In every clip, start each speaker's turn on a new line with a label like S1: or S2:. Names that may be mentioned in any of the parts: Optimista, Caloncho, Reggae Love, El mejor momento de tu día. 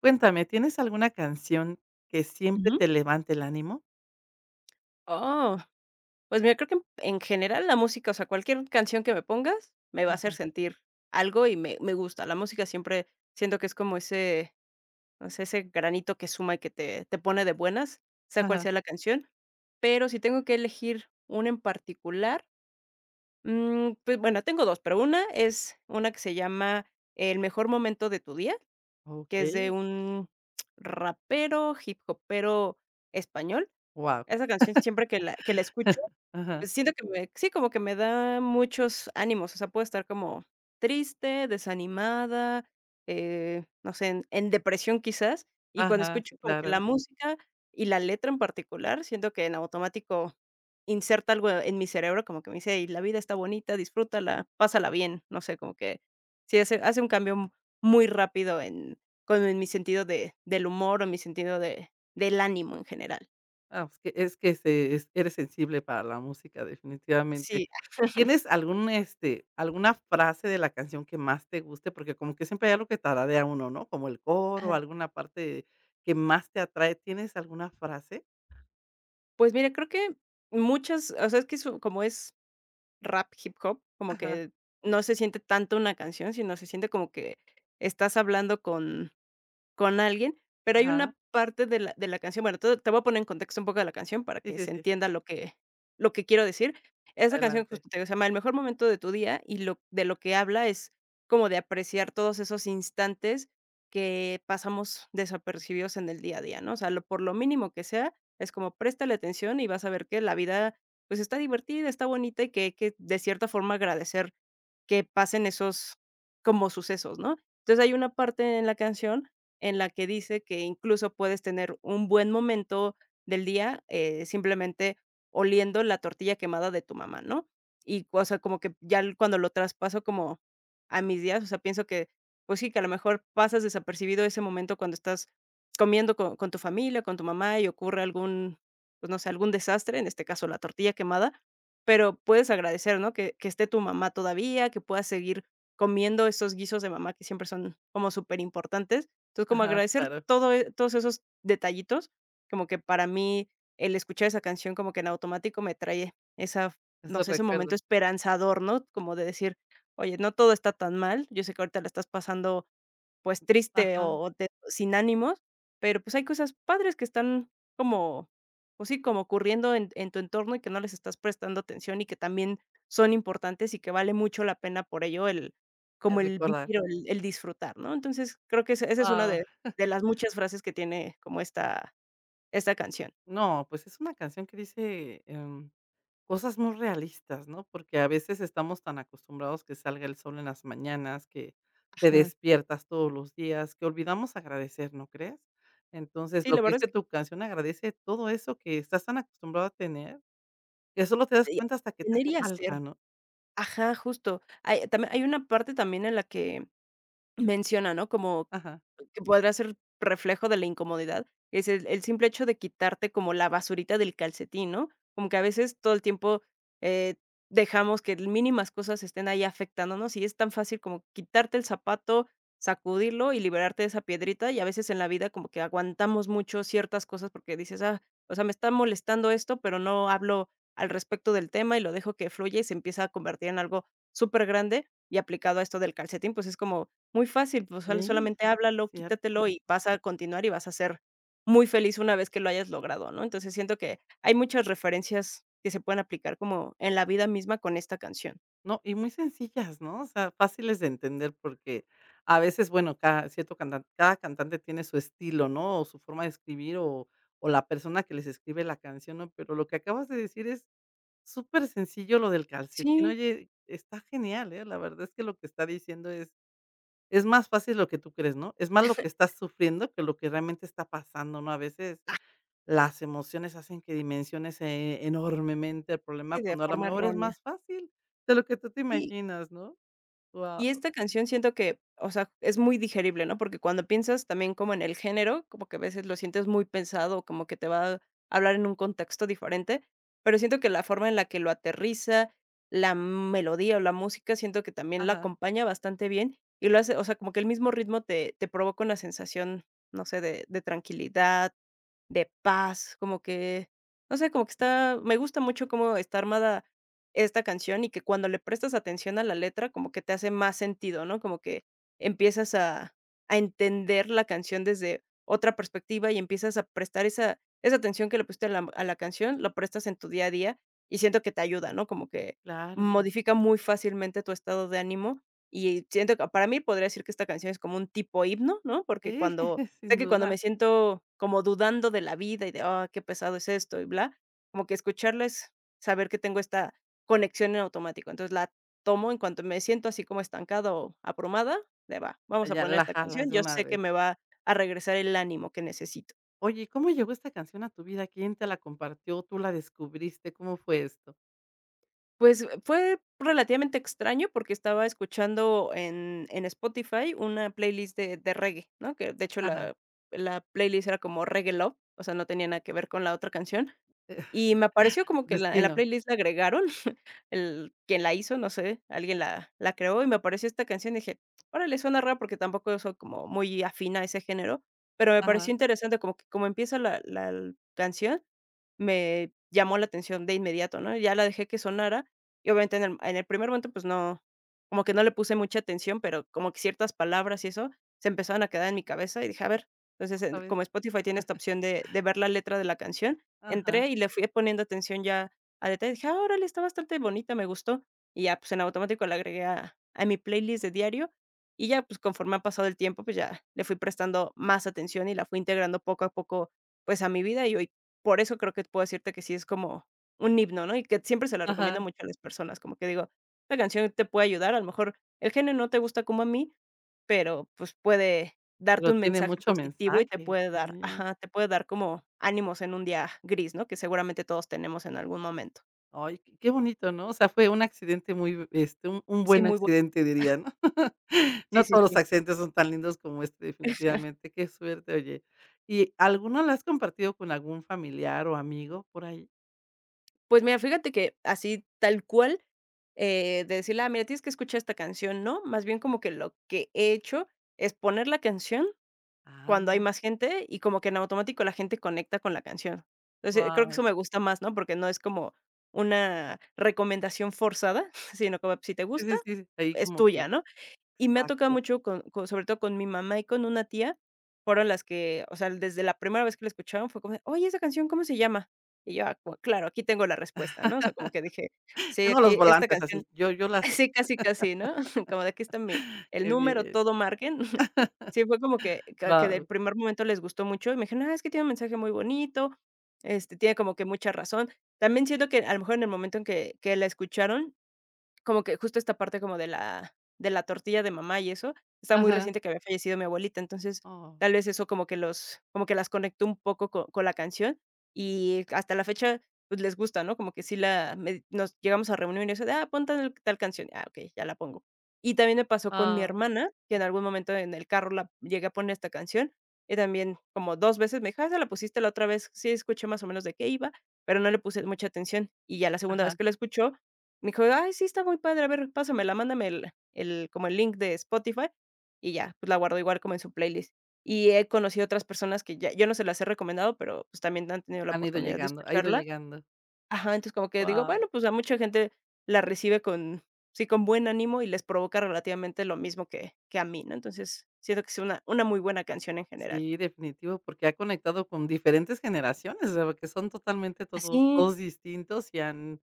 S1: Cuéntame, ¿tienes alguna canción que siempre
S2: Ujú.
S1: te levante el ánimo?
S2: Oh, pues mira, creo que en general la música, o sea, cualquier canción que me pongas me va a hacer
S1: Ajá,
S2: sentir algo y me gusta. La música siempre siento que es como ese, no sé, ese granito que suma y que te pone de buenas, sea cual
S1: ajá.
S2: sea la canción. Pero si tengo que elegir una en particular, pues bueno, tengo dos, pero una es una que se llama El mejor momento de tu día, que es de
S1: Okey,
S2: un rapero, hip hopero español.
S1: guau.
S2: Esa canción siempre que que la escucho
S1: Ajá.
S2: pues siento que me sí, como que me da muchos ánimos, o sea, puedo estar como triste, desanimada, no sé, en depresión quizás, y cuando
S1: Ajá. Sí,
S2: escucho como que la
S1: claro.
S2: música y la letra en particular, siento que en automático inserta algo en mi cerebro, como que me dice: "Y la vida está bonita, disfrútala, pásala bien", no sé, como que sí hace un cambio muy rápido en con en mi sentido de del humor o mi sentido de del ánimo en general.
S1: Ah, pues, que es que se es eres sensible para la música,
S2: Sí.
S1: definitivamente. ¿Tienes alguna frase de la canción que más te guste? Porque como que siempre hay algo que tararea uno, ¿no? Como el coro, alguna parte que más te atrae, ¿tienes alguna frase?
S2: Pues mira, creo que muchas, o sea, es que su como es rap, hip hop, como
S1: Ajá,
S2: que no se siente tanto una canción, sino se siente como que estás hablando con alguien, pero hay
S1: ajá.
S2: una parte de la canción, bueno, te voy a poner en contexto un poco de la canción para
S1: Sí,
S2: que
S1: sí,
S2: se
S1: sí,
S2: entienda lo que quiero decir. Esa canción,
S1: adelante.
S2: justo te digo, se llama El mejor momento de tu día, y lo que habla es como de apreciar todos esos instantes que pasamos desapercibidos en el día a día, ¿no? O sea, lo por lo mínimo que sea, es como préstale atención y vas a ver que la vida, pues, está divertida, está bonita y que hay que, de cierta forma, agradecer que pasen esos como sucesos, ¿no? Entonces, hay una parte en la canción en la que dice que incluso puedes tener un buen momento del día, simplemente oliendo la tortilla quemada de tu mamá, ¿no? Y, o sea, como que ya l cuando lo traspaso como a mis días, o sea, pienso que, pues sí, que a lo mejor pasas desapercibido ese momento cuando estás comiendo co con tu familia, con tu mamá y ocurre algún, pues, no sé, algún desastre, en este caso, la tortilla quemada, pero puedes agradecer, ¿no? Que esté tu mamá todavía, que puedas seguir comiendo esos guisos de mamá que siempre son como súper importantes. Entonces, como
S1: Ajá.
S2: agradecer
S1: Claro,
S2: todos esos detallitos, como que para mí el escuchar esa canción como que en automático me trae esa, no
S1: esos
S2: sé, ese momento
S1: recuerdos.
S2: esperanzador, ¿no? Como de decir: "Oye, no todo está tan mal, yo sé que ahorita la estás pasando pues, triste
S1: Ajá.
S2: o te sin ánimos, pero, pues, hay cosas padres que están como, pues sí, como ocurriendo en tu entorno y que no les estás prestando atención y que también son importantes y que vale mucho la pena por ello el como
S1: El
S2: el
S1: recordar.
S2: vivir o el disfrutar, ¿no? Entonces, creo que esa es una
S1: Guau.
S2: de las muchas frases que tiene como esta canción.
S1: No, pues es una canción que dice, cosas muy realistas, ¿no? Porque a veces estamos tan acostumbrados que salga el sol en las mañanas, que te
S2: Ajá.
S1: despiertas todos los días, que olvidamos agradecer, ¿no crees? Entonces,
S2: Sí,
S1: lo
S2: la
S1: que
S2: verdad es
S1: dice
S2: que
S1: tu canción agradece todo eso que estás tan acostumbrado a tener, que solo te das
S2: y
S1: cuenta hasta que te
S2: tener
S1: hace
S2: y
S1: falta,
S2: hacer.
S1: ¿no?
S2: Ajá, justo. Hay también hay una parte también en la que menciona, ¿no? Como
S1: Ajá.
S2: que podrá ser reflejo de la incomodidad, es el simple hecho de quitarte como la basurita del calcetín, ¿no? Como que a veces todo el tiempo, eh, dejamos que mínimas cosas estén ahí afectándonos, y es tan fácil como quitarte el zapato, sacudirlo y liberarte de esa piedrita, y a veces en la vida como que aguantamos mucho ciertas cosas porque dices: "Ah, o sea, me está molestando esto, pero no hablo al respecto del tema y lo dejo que fluya", y se empieza a convertir en algo súper grande y aplicado a esto del calcetín, pues es como muy fácil, pues,
S1: Sí,
S2: solamente háblalo,
S1: cierto.
S2: quítatelo y vas a continuar y vas a ser muy feliz una vez que lo hayas logrado, ¿no? Entonces, siento que hay muchas referencias que se pueden aplicar como en la vida misma con esta canción.
S1: No, y muy sencillas, ¿no? O sea, fáciles de entender porque a veces, bueno, cada cantante tiene su estilo, ¿no? O su forma de escribir o la persona que les escribe la canción, ¿no? Pero lo que acabas de decir es súper sencillo lo del calcetín.
S2: Sí,
S1: Oye, está genial, ¿eh? La verdad es que lo que está diciendo es más fácil lo que tú crees, ¿no? Es más lo que estás sufriendo que lo que realmente está pasando, ¿no? A veces las emociones hacen que dimensiones, enormemente el problema,
S2: sí, de
S1: cuando a lo
S2: forma
S1: mejor es
S2: errónea.
S1: más fácil de lo que tú te
S2: Sí.
S1: imaginas, ¿no? Guau.
S2: Y esta canción siento que, o sea, es muy digerible, ¿no? Porque cuando piensas también como en el género, como que a veces lo sientes muy pensado, como que te va a hablar en un contexto diferente, pero siento que la forma en la que lo aterriza, la melodía o la música, siento que también la
S1: Ajá,
S2: acompaña bastante bien y lo hace, o sea, como que el mismo ritmo te provoca una sensación, no sé, de tranquilidad de paz, como que, no sé, como que está me gusta mucho cómo está armada esta canción y que cuando le prestas atención a la letra, como que te hace más sentido, ¿no? Como que empiezas a entender la canción desde otra perspectiva y empiezas a prestar esa atención que le pusiste a la canción, lo prestas en tu día a día y siento que te ayuda, ¿no? Como que
S1: claro.
S2: modifica muy fácilmente tu estado de ánimo y siento que para mí podría decir que esta canción es como un tipo himno, ¿no? Porque
S1: Sí,
S2: cuando sé
S1: sin
S2: que cuando me
S1: duda.
S2: siento como dudando de la vida y de: "Ah, qué pesado es esto", y bla, como que escucharles, saber que tengo esta conexión en automático. Entonces, la tomo en cuanto me siento así como estancada o abrumada, de: "Va, vamos a
S1: Ya
S2: poner
S1: la
S2: esta canción".
S1: jalas de
S2: Yo
S1: una
S2: sé
S1: vez.
S2: que me va a regresar el ánimo que necesito.
S1: Oye, ¿y cómo llegó esta canción a tu vida? ¿Quién te la compartió? ¿Tú la descubriste? ¿Cómo fue esto?
S2: Pues, fue relativamente extraño porque estaba escuchando en Spotify una playlist de reggae, ¿no? Que, de hecho,
S1: Ajá,
S2: la playlist era como Reggae Love, o sea, no tenía nada que ver con la otra canción. Y me apareció como que la en la
S1: destino.
S2: playlist la agregaron, el quien la hizo, no sé, alguien la creó y me apareció esta canción y dije: "Órale, suena raro", porque tampoco soy como muy afina a ese género, pero me pareció
S1: Ajá,
S2: interesante como que como empieza la canción, me llamó la atención de inmediato, ¿no? Ya la dejé que sonara y obviamente en el primer momento, pues no, como que no le puse mucha atención, pero como que ciertas palabras y eso se empezaron a quedar en mi cabeza y dije: "A ver". Entonces, en
S1: otra vez.
S2: como Spotify tiene esta opción de ver la letra de la canción,
S1: Ajá,
S2: entré y le fui poniendo atención ya a detalle, dije: "Ah, órale, está bastante bonita, me gustó". Y ya, pues, en automático la agregué a mi playlist de diario, y ya, pues, conforme ha pasado el tiempo, pues, ya le fui prestando más atención y la fui integrando poco a poco, pues, a mi vida, y hoy por eso creo que puedo decirte que sí es como un himno, ¿no? Y que siempre se lo recomiendo
S1: ajá.
S2: mucho a las personas, como que digo: la canción te puede ayudar, a lo mejor el género no te gusta como a mí, pero, pues, puede darte
S1: Pero
S2: un
S1: tiene
S2: mensaje
S1: mucho
S2: positivo y te
S1: mensaje.
S2: puede dar"
S1: Sí.
S2: ajá, te puede dar como ánimos en un día gris, ¿no? Que seguramente todos tenemos en algún momento.
S1: Ay, qué bonito, ¿no? O sea, fue un accidente muy, este, un
S2: Sí,
S1: buen
S2: muy bueno,
S1: accidente, diría, ¿no?
S2: sí,
S1: No
S2: sí,
S1: todos los
S2: sí.
S1: accidentes son tan lindos como este, definitivamente. Qué suerte, oye. ¿Y alguno lo has compartido con algún familiar o amigo por ahí?
S2: Pues mira, fíjate que así tal cual, de decirle: "Ah, mira, tienes que escuchar esta canción", ¿no? Más bien como que lo que he hecho es poner la canción cuando
S1: Ah,
S2: hay más gente y como que en automático la gente conecta con la canción. Entonces, creo que eso
S1: guau.
S2: me gusta más, ¿no? Porque no es como una recomendación forzada, sino como, si te
S1: Es
S2: gusta,
S1: decir, ahí
S2: es
S1: como
S2: tuya,
S1: que
S2: ¿no? Y me ha tocado
S1: exacto.
S2: mucho con sobre todo con mi mamá y con una tía, fueron las que, o sea, desde la primera vez que la escucharon fue como de: "Oye, esa canción, ¿cómo se llama?". Y yo, ah, como, claro, aquí tengo la respuesta, ¿no? O sea, como que dije: "Sí,
S1: Tengo los
S2: aquí esta
S1: volantes
S2: canción".
S1: así, yo las.
S2: Sí, casi, casi, ¿no? Como de: "Aquí está mi el
S1: Qué
S2: número,
S1: bien.
S2: todo marquen". Sí, fue como que del
S1: Wow.
S2: primer momento les gustó mucho y me dijeron: "Ah, es que tiene un mensaje muy bonito, este, tiene como que mucha razón". También siento que a lo mejor en el momento en que la escucharon como que justo esta parte como de la tortilla de mamá y eso, está muy
S1: Ajá.
S2: reciente que había fallecido mi abuelita, entonces,
S1: Oh,
S2: tal vez eso como que las conectó un poco co con la canción, y hasta la fecha, pues, les gusta, ¿no? Como que sí la me nos llegamos a reunir y eso de: "Ah, pon tal canción". Ah, ok, ya la pongo. Y también me pasó con mi
S1: ah,
S2: hermana, que en algún momento en el carro la llegué a poner esta canción, y también como 2 veces me dijo: "Ah, esa la pusiste la otra vez". Sí, escuché más o menos de qué iba, pero no le puse mucha atención, y ya la segunda vez
S1: ajá,
S2: que la escuchó, me dijo: "Ay, sí, está muy padre, a ver, pásamela, mándame el como el link de Spotify", y ya, pues, la guardo igual como en su playlist. Y he conocido otras personas que ya yo no se las he recomendado, pero, pues, también han tenido la
S1: han ido
S2: oportunidad de
S1: llegando, ha ido
S2: escucharla.
S1: llegando.
S2: Ajá, entonces como que digo,
S1: Wow.
S2: bueno, pues, a mucha gente la recibe con sí, con buen ánimo y les provoca relativamente lo mismo que a mí, ¿no? Entonces, siento que es una muy buena canción en general.
S1: Sí, definitivo, porque ha conectado con diferentes generaciones, o sea, porque son totalmente todos
S2: Así,
S1: todos distintos y han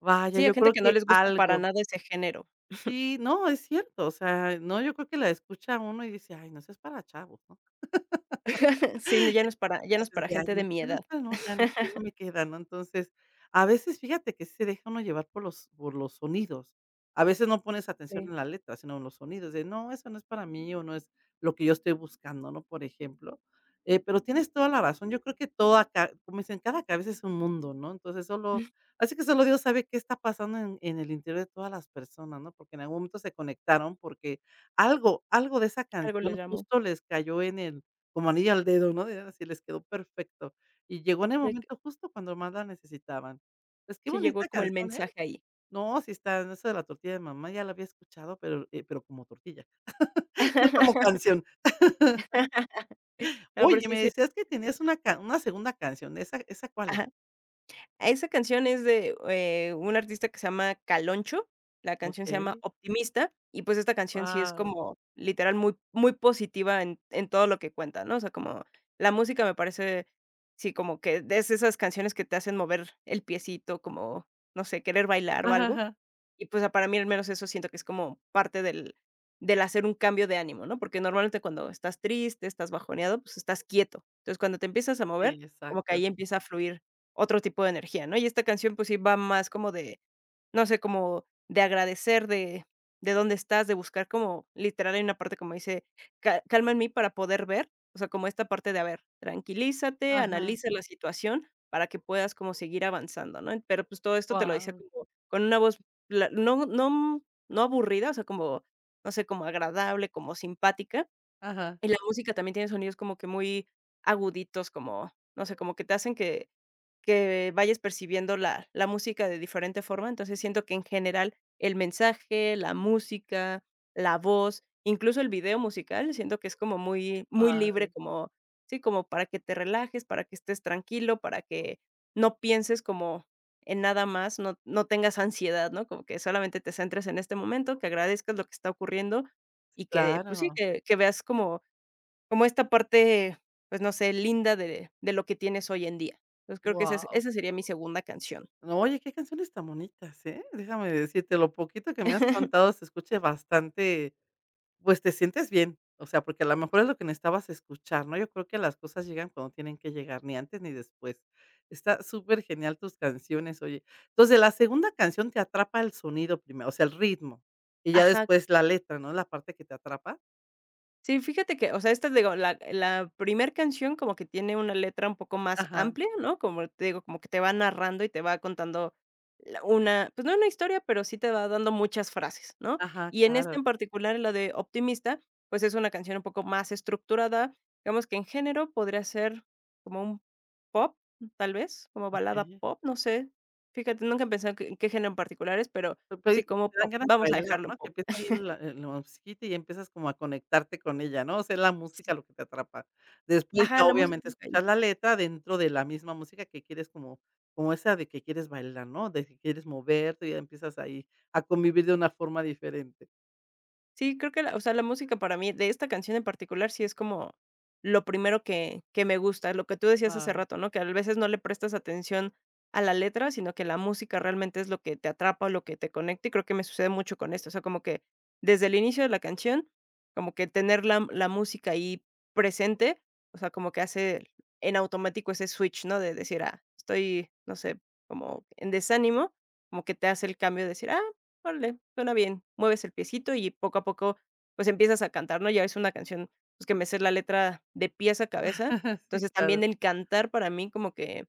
S1: vaya,
S2: sí, hay
S1: yo
S2: gente
S1: creo
S2: que no
S1: que
S2: les gusta para
S1: algo
S2: nada ese género.
S1: sí, no, es cierto, o sea, no, yo creo que la escucha uno y dice: "Ay, no, eso es para chavos", ¿no?
S2: Sí, ya no es para ya no es
S1: Clases
S2: para
S1: de
S2: gente
S1: año,
S2: de mi
S1: ya no
S2: edad.
S1: está, no, ya ya no me queda, ¿no? Entonces, a veces fíjate que sí se deja uno llevar por los sonidos. A veces no pones atención
S2: Sí,
S1: en la letra, sino en los sonidos, de no, eso no es para mí o no es lo que yo estoy buscando, ¿no? Por ejemplo, pero tienes toda la razón, yo creo que toda ca como dicen, cada cabeza es un mundo, ¿no? Entonces, solo así que solo Dios sabe qué está pasando en el interior de todas las personas, ¿no? Porque en algún momento se conectaron, porque algo de esa
S2: algo les
S1: canción
S2: llamó.
S1: justo les cayó en el como anillo al dedo, ¿no? De así les quedó perfecto. Y llegó en el momento justo cuando más la necesitaban. Pues, qué
S2: Sí llegó
S1: bonita
S2: como el
S1: canción, ¿eh?
S2: mensaje ahí.
S1: No, si está, en eso de la tortilla de mamá ya la había escuchado, pero como tortilla, no como canción.
S2: No, pero
S1: Oye,
S2: sí,
S1: me
S2: sí.
S1: decías que tenías una segunda canción, ¿esa cuál es?
S2: Ajá. Esa canción es de, un artista que se llama Caloncho, la canción se llama
S1: Okey.
S2: Optimista, y pues esta canción sí es
S1: Wow.
S2: como literal muy muy positiva en todo lo que cuenta, ¿no? O sea, como la música me parece, sí, como que es esas canciones que te hacen mover el piecito, como, no sé, querer bailar o
S1: Ajá,
S2: algo.
S1: ajá.
S2: Y, pues, para mí al menos eso siento que es como parte del hacer un cambio de ánimo, ¿no? Porque normalmente cuando estás triste, estás bajoneado, pues, estás quieto. Entonces, cuando te empiezas a mover,
S1: Sí,
S2: como que
S1: exacto.
S2: ahí empieza a fluir otro tipo de energía, ¿no? Y esta canción, pues, sí va más como de, no sé, como de agradecer de dónde estás, de buscar como literal hay una parte como dice: "Ca calma en mí para poder ver", o sea, como esta parte de, a ver, tranquilízate,
S1: Ajá.
S2: analiza la situación para que puedas como seguir avanzando, ¿no? Pero, pues, todo esto te lo dice
S1: Wow.
S2: como con una voz la no aburrida, o sea, como, no sé, como agradable, como simpática,
S1: Ajá.
S2: y la música también tiene sonidos como que muy aguditos, como, no sé, como que te hacen que vayas percibiendo la música de diferente forma. Entonces, siento que en general el mensaje, la música, la voz, incluso el video musical, siento que es como muy muy libre,
S1: Guau.
S2: como sí, como para que te relajes, para que estés tranquilo, para que no pienses como en nada más, no tengas ansiedad, ¿no? Como que solamente te centres en este momento, que agradezcas lo que está ocurriendo
S1: Sí,
S2: y que, pues sí,
S1: claro.
S2: que veas como como esta parte, pues, no sé, linda de lo que tienes hoy en día. Entonces, creo que esa es
S1: Wow.
S2: esa sería mi segunda canción.
S1: No, oye, qué canciones tan bonitas, ¿eh? Déjame decirte, lo poquito que me has contado se escucha bastante. Pues te sientes bien, o sea, porque a lo mejor es lo que necesitabas escuchar, ¿no? Yo creo que las cosas llegan cuando tienen que llegar, ni antes ni después. Está súper genial tus canciones, oye. Entonces, la segunda canción te atrapa el sonido primero, o sea, el ritmo, y ya
S2: Ajá.
S1: después la letra, ¿no? La parte que te atrapa.
S2: Sí, fíjate que, o sea, esta, digo, la primer canción como que tiene una letra un poco más
S1: Ajá,
S2: amplia, ¿no? Como te digo, como que te va narrando y te va contando la una, pues no una historia, pero sí te va dando muchas frases, ¿no?
S1: ajá,
S2: Y en esta
S1: claro.
S2: en particular, la de Optimista, pues es una canción un poco más estructurada, digamos que en género podría ser como un pop, tal vez, como balada
S1: Okey.
S2: pop, no sé. Fíjate, nunca he pensado que en qué género en particular es, pero
S1: Pero
S2: sí
S1: dices que
S2: como
S1: te dan
S2: pop,
S1: ganas de
S2: vamos a
S1: bailar,
S2: dejarlo
S1: ¿no? Que
S2: pop.
S1: empieza ahí la la musiquita y empiezas como a conectarte con ella, ¿no? O sea, es la
S2: Sí.
S1: música lo que te atrapa. Después
S2: Ajá,
S1: ya
S2: la
S1: obviamente
S2: música.
S1: escuchas la letra dentro de la misma música que quieres como como esa de que quieres bailar, ¿no? De que quieres moverte, y ya empiezas ahí a convivir de una forma diferente.
S2: Sí, creo que la o sea, la música para mí, de esta canción en particular, sí es como lo primero que me gusta, lo que tú decías hace
S1: Ay.
S2: rato, ¿no? Que a veces no le prestas atención a la letra, sino que la música realmente es lo que te atrapa, lo que te conecta, y creo que me sucede mucho con esto. O sea, como que desde el inicio de la canción, como que tener la música ahí presente, o sea, como que hace en automático ese switch, ¿no? De decir: "Ah, estoy, no sé, como en desánimo", como que te hace el cambio de decir: "Ah, órale, suena bien". Mueves el piecito y poco a poco, pues, empiezas a cantar, ¿no? Ya es una canción, pues, que me sé la letra de pies a cabeza.
S1: Sí,
S2: Entonces, también
S1: claro.
S2: el cantar para mí como que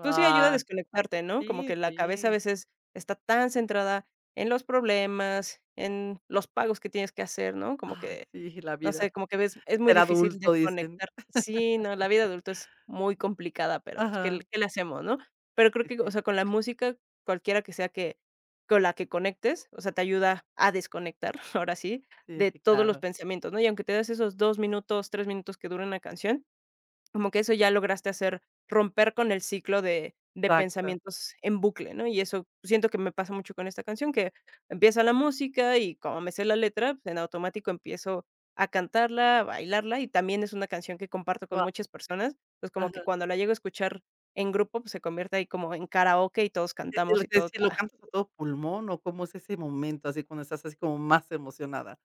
S2: pues sí, ayuda a desconectarte, ¿no? Como
S1: sí,
S2: que la cabeza a
S1: sí.
S2: veces está tan centrada en los problemas, en los pagos que tienes que hacer, ¿no? Como
S1: Ay,
S2: que,
S1: sí, la
S2: no sé,
S1: vida.
S2: como que ves, es muy
S1: Ser
S2: difícil
S1: adulto, dicen.
S2: desconectar. Sí, no, la vida adulta es muy complicada, pero pues,
S1: Ajá.
S2: qué le hacemos, no? Pero creo
S1: Sí,
S2: que, o
S1: sí,
S2: sea, con la música, cualquiera que sea que con la que conectes, o sea, te ayuda a desconectar, ahora sí,
S1: sí,
S2: de
S1: sí,
S2: todos los
S1: claro.
S2: pensamientos, ¿no? Y aunque te des esos 2 minutos, 3 minutos que dura una canción, como que eso ya lograste hacer romper con el ciclo de
S1: Exacto.
S2: pensamientos en bucle, ¿no? Y eso siento que me pasa mucho con esta canción, que empieza la música y como me sé la letra, pues, en automático empiezo a cantarla, a bailarla, y también es una canción que comparto con
S1: Guau.
S2: muchas personas, pues como
S1: Ajá.
S2: que cuando la llego a escuchar en grupo, pues se convierte ahí como en karaoke y todos
S1: E
S2: cantamos
S1: el
S2: y
S1: que
S2: todos
S1: si lo
S2: la...
S1: cantas a todo pulmón, ¿o cómo es ese momento, así cuando estás así como más emocionada?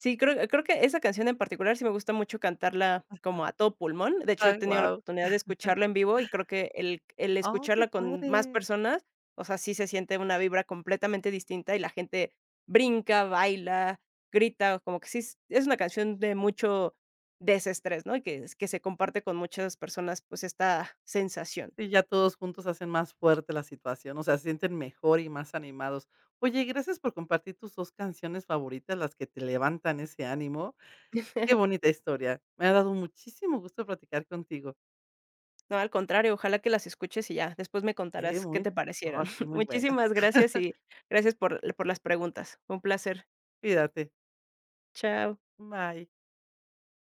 S2: Sí, creo que esa canción en particular sí me gusta mucho cantarla como a todo pulmón. De hecho, he
S1: Ay,
S2: tenido la
S1: guau.
S2: oportunidad de escucharla en vivo y creo que el
S1: Oh, qué
S2: escucharla con más
S1: padre.
S2: personas, o sea, sí se siente una vibra completamente distinta y la gente brinca, baila, grita, como que sí es una canción de mucho desestrés, ¿no? Y que es- que se comparte con muchas personas, pues, esta sensación.
S1: Y ya todos juntos hacen más fuerte la situación, o sea, se sienten mejor y más animados. Oye, gracias por compartir tus 2 canciones favoritas, las que te levantan ese ánimo. Qué bonita historia. Me ha dado muchísimo gusto platicar contigo.
S2: No, al contrario, ojalá que las escuches y ya, después me contarás qué
S1: Muy
S2: te parecieron.
S1: no, sí, muy buena.
S2: Muchísimas gracias y gracias por las preguntas. Fue un placer.
S1: Cuídate.
S2: Chao.
S1: Bye.